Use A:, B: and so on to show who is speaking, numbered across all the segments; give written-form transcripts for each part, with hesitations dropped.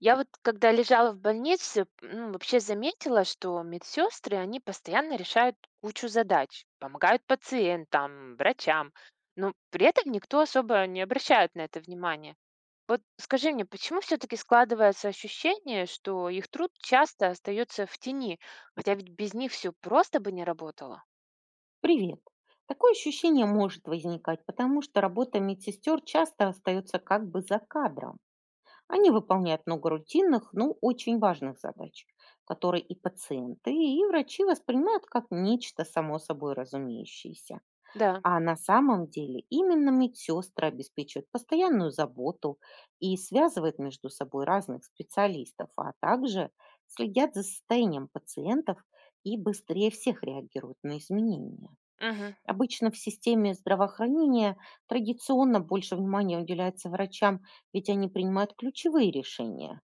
A: Я вот когда лежала в больнице, ну, вообще заметила, что медсестры, они постоянно решают кучу задач, помогают пациентам, врачам, но при этом никто особо не обращает на это внимания. Вот скажи мне, почему все-таки складывается ощущение, что их труд часто остается в тени, хотя ведь без них все просто бы не работало?
B: Привет. Такое ощущение может возникать, потому что работа медсестер часто остается как бы за кадром. Они выполняют много рутинных, но очень важных задач, которые и пациенты, и врачи воспринимают как нечто само собой разумеющееся.
A: Да,
B: А на самом деле именно медсестры обеспечивают постоянную заботу и связывают между собой разных специалистов, а также следят за состоянием пациентов и быстрее всех реагируют на изменения.
A: мгм,
B: Обычно в системе здравоохранения традиционно больше внимания уделяется врачам, ведь они принимают ключевые решения,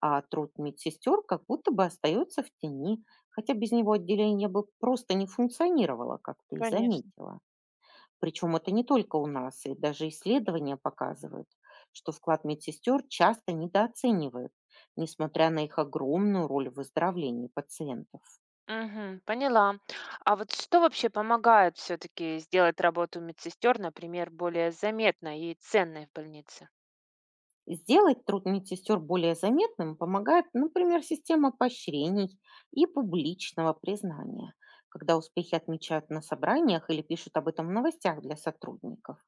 B: а труд медсестер как будто бы остается в тени, хотя без него отделение бы просто не функционировало, как ты и
A: конечно.
B: заметила. Причем это не только у нас, и даже исследования показывают, что вклад медсестер часто недооценивают, несмотря на их огромную роль в выздоровлении пациентов.
A: Мгм. Поняла. А вот что вообще помогает все-таки сделать работу медсестер, например, более заметной и ценной в больнице?
B: Сделать труд медсестер более заметным помогает, например, система поощрений и публичного признания, когда успехи отмечают на собраниях или пишут об этом в новостях для сотрудников.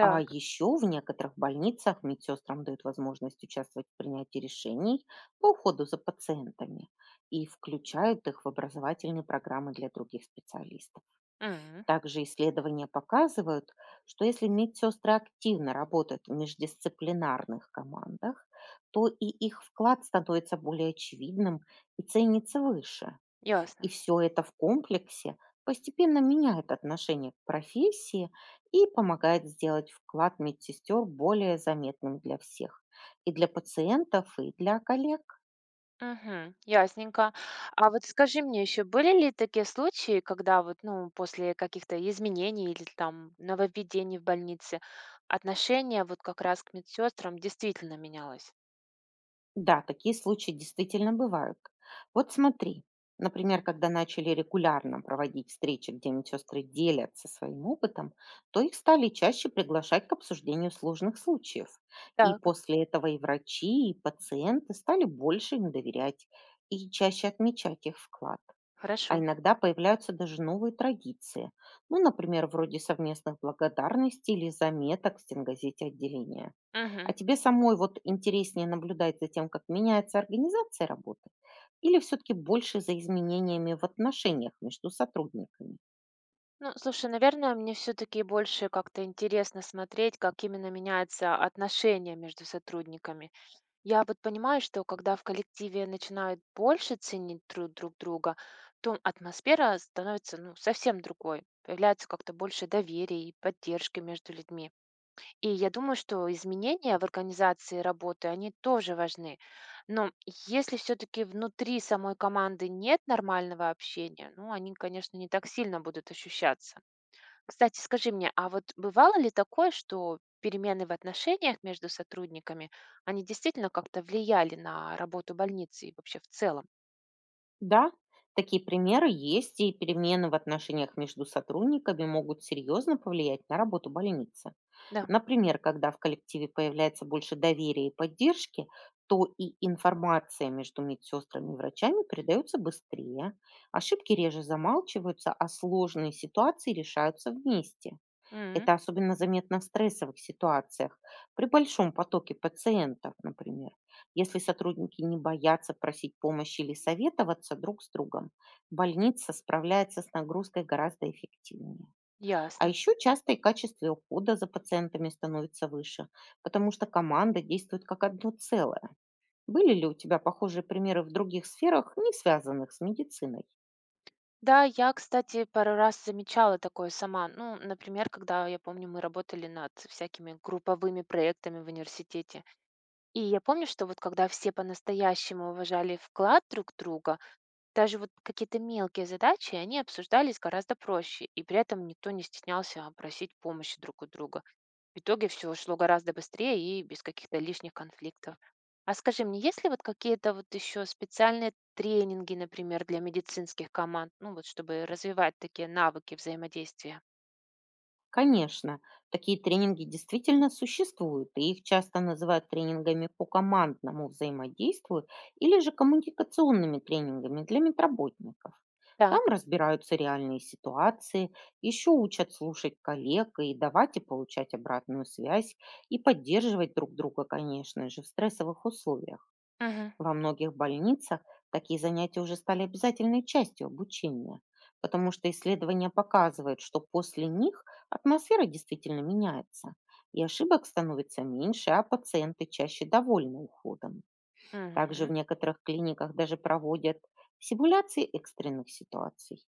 B: А еще в некоторых больницах медсестрам дают возможность участвовать в принятии решений по уходу за пациентами и включают их в образовательные программы для других специалистов.
A: М,
B: Также исследования показывают, что если медсестры активно работают в междисциплинарных командах, то и их вклад становится более очевидным и ценится выше.
A: ясно.
B: И все это в комплексе постепенно меняет отношение к профессии и помогает сделать вклад медсестер более заметным для всех, и для пациентов, и для коллег.
A: Мгм. Ясненько. А вот скажи мне еще, были ли такие случаи, когда вот, ну, после каких-то изменений или там нововведений в больнице отношение вот как раз к медсестрам действительно менялось?
B: Да, такие случаи действительно бывают. Вот смотри, например, когда начали регулярно проводить встречи, где медсестры делятся своим опытом, то их стали чаще приглашать к обсуждению сложных случаев. И
A: Так,
B: после этого и врачи, и пациенты стали больше им доверять и чаще отмечать их вклад. А
A: хорошо.
B: иногда появляются даже новые традиции. Ну, например, вроде совместных благодарностей или заметок в стенгазете отделения. А
A: Мгм.
B: тебе самой вот интереснее наблюдать за тем, как меняется организация работы? Или все-таки больше за изменениями в отношениях между сотрудниками?
A: Ну, слушай, наверное, мне все-таки больше как-то интересно смотреть, как именно меняются отношения между сотрудниками. Я вот понимаю, что когда в коллективе начинают больше ценить труд друг друга, то атмосфера становится, ну, совсем другой. Появляется как-то больше доверия и поддержки между людьми. И я думаю, что изменения в организации работы, они тоже важны. Но если все-таки внутри самой команды нет нормального общения, ну, они, конечно, не так сильно будут ощущаться. Кстати, скажи мне, а вот бывало ли такое, что перемены в отношениях между сотрудниками, они действительно как-то влияли на работу больницы и вообще в целом?
B: Да, такие примеры есть, и перемены в отношениях между сотрудниками могут серьезно повлиять на работу больницы.
A: Да.
B: Например, когда в коллективе появляется больше доверия и поддержки, то и информация между медсестрами и врачами передается быстрее, ошибки реже замалчиваются, а сложные ситуации решаются вместе.
A: М,
B: Это особенно заметно в стрессовых ситуациях, при большом потоке пациентов, например. Если сотрудники не боятся просить помощи или советоваться друг с другом, больница справляется с нагрузкой гораздо эффективнее. А
A: ясно.
B: еще часто и качество ухода за пациентами становится выше, потому что команда действует как одно целое. Были ли у тебя похожие примеры в других сферах, не связанных с медициной?
A: Да, я, кстати, пару раз замечала такое сама. Ну, например, когда, я помню, мы работали над всякими групповыми проектами в университете. И я помню, что вот когда все по-настоящему уважали вклад друг друга, даже вот какие-то мелкие задачи, они обсуждались гораздо проще, и при этом никто не стеснялся просить помощи друг у друга. В итоге все шло гораздо быстрее и без каких-то лишних конфликтов. А скажи мне, есть ли вот какие-то вот еще специальные тренинги, например, для медицинских команд, ну вот чтобы развивать такие навыки взаимодействия?
B: Конечно, такие тренинги действительно существуют, и их часто называют тренингами по командному взаимодействию или же коммуникационными тренингами для медработников.
A: Так.
B: Там разбираются реальные ситуации, еще учат слушать коллег и давать и получать обратную связь, и поддерживать друг друга, конечно же, в стрессовых условиях.
A: Мгм.
B: Во многих больницах такие занятия уже стали обязательной частью обучения, потому что исследования показывают, что после них атмосфера действительно меняется, и ошибок становится меньше, а пациенты чаще довольны уходом. Также
A: Мгм.
B: в некоторых клиниках даже проводят симуляции экстренных ситуаций,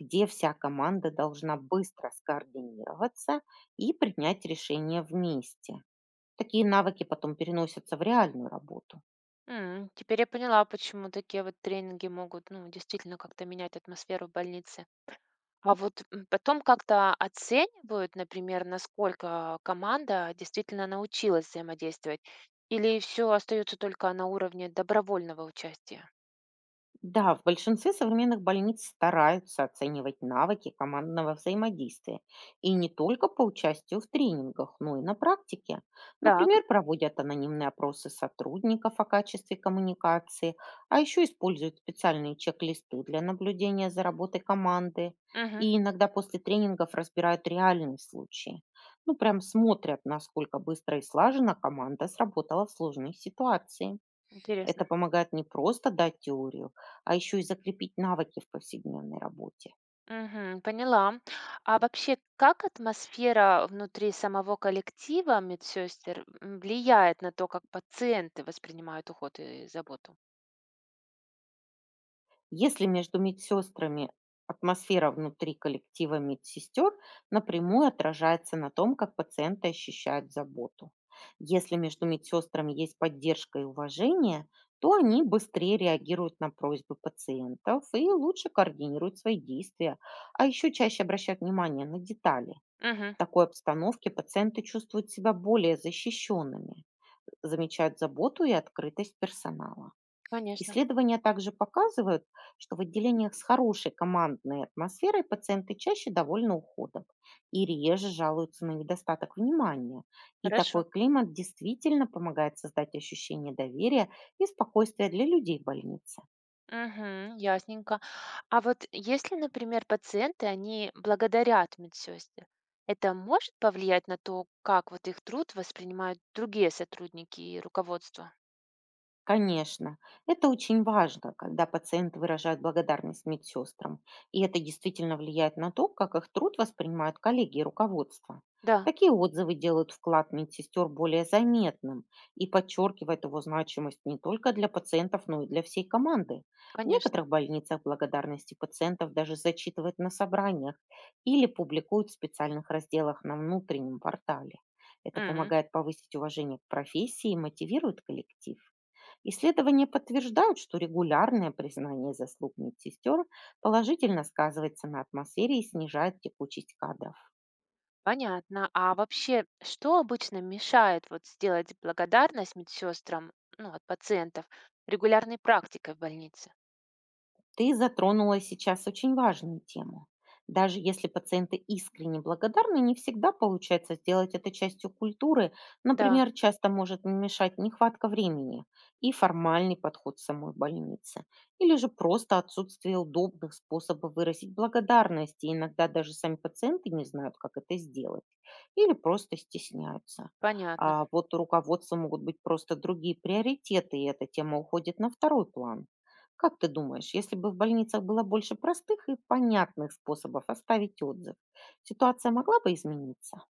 B: где вся команда должна быстро скоординироваться и принять решение вместе. Такие навыки потом переносятся в реальную работу.
A: М, теперь я поняла, почему такие вот тренинги могут, ну, действительно как-то менять атмосферу в больнице. А вот, м, потом как-то оценивают, например, насколько команда действительно научилась взаимодействовать, или все остается только на уровне добровольного участия?
B: Да, в большинстве современных больниц стараются оценивать навыки командного взаимодействия. И не только по участию в тренингах, но и на практике.
A: Так,
B: Например, проводят анонимные опросы сотрудников о качестве коммуникации, а еще используют специальные чек-листы для наблюдения за работой команды.
A: мгм,
B: И иногда после тренингов разбирают реальные случаи. Ну, прям смотрят, насколько быстро и слаженно команда сработала в сложной ситуации. Это
A: интересно.
B: помогает не просто дать теорию, а еще и закрепить навыки в повседневной работе.
A: Мгм, поняла. А вообще, как атмосфера внутри самого коллектива медсестер, м, влияет на то, как пациенты воспринимают уход и заботу?
B: Если между медсестрами Атмосфера внутри коллектива медсестер напрямую отражается на том, как пациенты ощущают заботу. Если между медсестрами есть поддержка и уважение, то они быстрее реагируют на просьбы пациентов и лучше координируют свои действия, а еще чаще обращают внимание на детали.
A: Мгм,
B: В такой обстановке пациенты чувствуют себя более защищенными, замечают заботу и открытость персонала.
A: конечно,
B: Исследования также показывают, что в отделениях с хорошей командной атмосферой пациенты чаще довольны уходом и реже жалуются на недостаток внимания. И
A: хорошо.
B: такой климат действительно помогает создать ощущение доверия и спокойствия для людей в больнице.
A: Мгм. Ясненько. А вот если, например, пациенты, они благодарят медсестер, это может повлиять на то, как вот их труд воспринимают другие сотрудники и руководство?
B: Конечно, это очень важно, когда пациенты выражают благодарность медсестрам, и это действительно влияет на то, как их труд воспринимают коллеги и руководство.
A: Да,
B: Такие отзывы делают вклад медсестер более заметным и подчеркивают его значимость не только для пациентов, но и для всей команды. В
A: конечно.
B: некоторых больницах благодарности пациентов даже зачитывают на собраниях или публикуют в специальных разделах на внутреннем портале. Это
A: М,
B: помогает повысить уважение к профессии и мотивирует коллектив. Исследования подтверждают, что регулярное признание заслуг медсестер положительно сказывается на атмосфере и снижает текучесть кадров.
A: понятно. А вообще, что обычно мешает вот сделать благодарность медсестрам, ну, от пациентов, регулярной практикой в больнице?
B: Ты затронула сейчас очень важную тему. Даже если пациенты искренне благодарны, не всегда получается сделать это частью культуры.
A: Да,
B: Например, часто может мешать нехватка времени и формальный подход самой больницы. Или же просто отсутствие удобных способов выразить благодарность. И иногда даже сами пациенты не знают, как это сделать. Или просто стесняются.
A: понятно.
B: А вот у руководства могут быть просто другие приоритеты, и эта тема уходит на второй план. Как ты думаешь, если бы в больницах было больше простых и понятных способов оставить отзыв, ситуация могла бы измениться?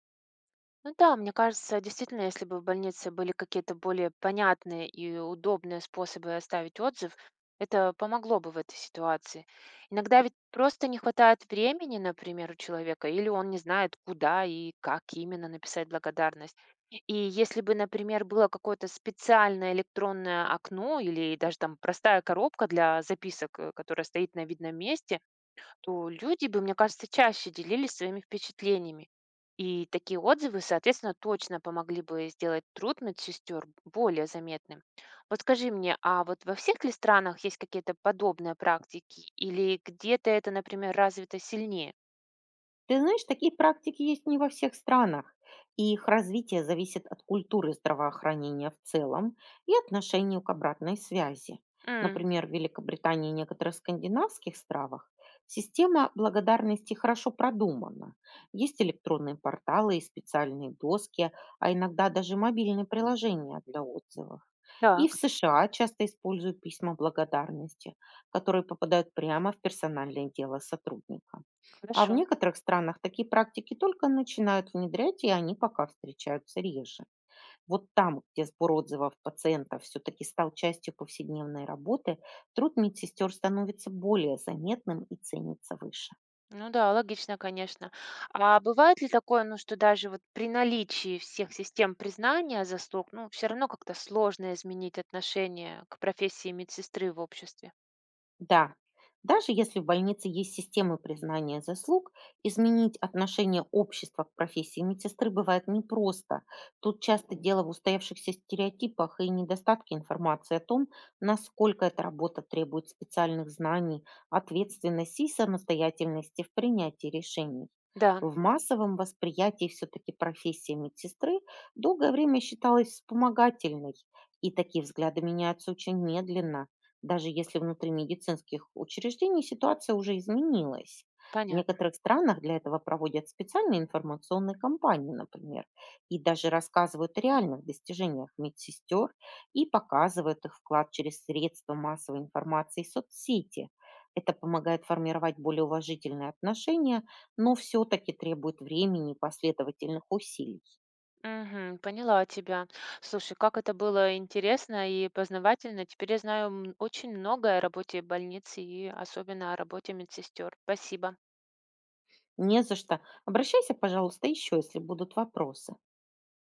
A: Ну да, мне кажется, действительно, если бы в больнице были какие-то более понятные и удобные способы оставить отзыв, это помогло бы в этой ситуации. Иногда ведь просто не хватает времени, например, у человека, или он не знает, куда и как именно написать благодарность. И если бы, например, было какое-то специальное электронное окно или даже там простая коробка для записок, которая стоит на видном месте, то люди бы, мне кажется, чаще делились своими впечатлениями. И такие отзывы, соответственно, точно помогли бы сделать труд медсестер более заметным. Вот скажи мне, а вот во всех ли странах есть какие-то подобные практики? Или где-то это, например, развито сильнее?
B: Ты знаешь, такие практики есть не во всех странах, и их развитие зависит от культуры здравоохранения в целом и отношению к обратной связи.
A: М,
B: Например, в Великобритании и некоторых скандинавских стравах система благодарности хорошо продумана. Есть электронные порталы и специальные доски, а иногда даже мобильные приложения для отзывов. И в
A: так,
B: США часто используют письма благодарности, которые попадают прямо в персональное дело сотрудника. А в
A: хорошо.
B: некоторых странах такие практики только начинают внедрять, и они пока встречаются реже. Вот там, где сбор отзывов пациентов все-таки стал частью повседневной работы, труд медсестер становится более заметным и ценится выше.
A: Ну да, логично, конечно. А бывает ли такое, ну, что даже вот при наличии всех систем признания заслуг, ну, все равно как-то сложно изменить отношение к профессии медсестры в обществе?
B: Да, даже если в больнице есть системы признания заслуг, изменить отношение общества к профессии медсестры бывает непросто. Тут часто дело в устоявшихся стереотипах и недостатке информации о том, насколько эта работа требует специальных знаний, ответственности и самостоятельности в принятии решений.
A: Да,
B: В массовом восприятии все-таки профессия медсестры долгое время считалась вспомогательной, и такие взгляды меняются очень медленно, даже если внутри медицинских учреждений ситуация уже изменилась. В
A: понятно.
B: некоторых странах для этого проводят специальные информационные кампании, например, и даже рассказывают о реальных достижениях медсестер и показывают их вклад через средства массовой информации и соцсети. Это помогает формировать более уважительные отношения, но все-таки требует времени и последовательных усилий.
A: Мгм, поняла тебя. Слушай, как это было интересно и познавательно. Теперь я знаю очень многое о работе больницы и особенно о работе медсестер. Спасибо.
B: Не за что. Обращайся, пожалуйста, еще, если будут вопросы.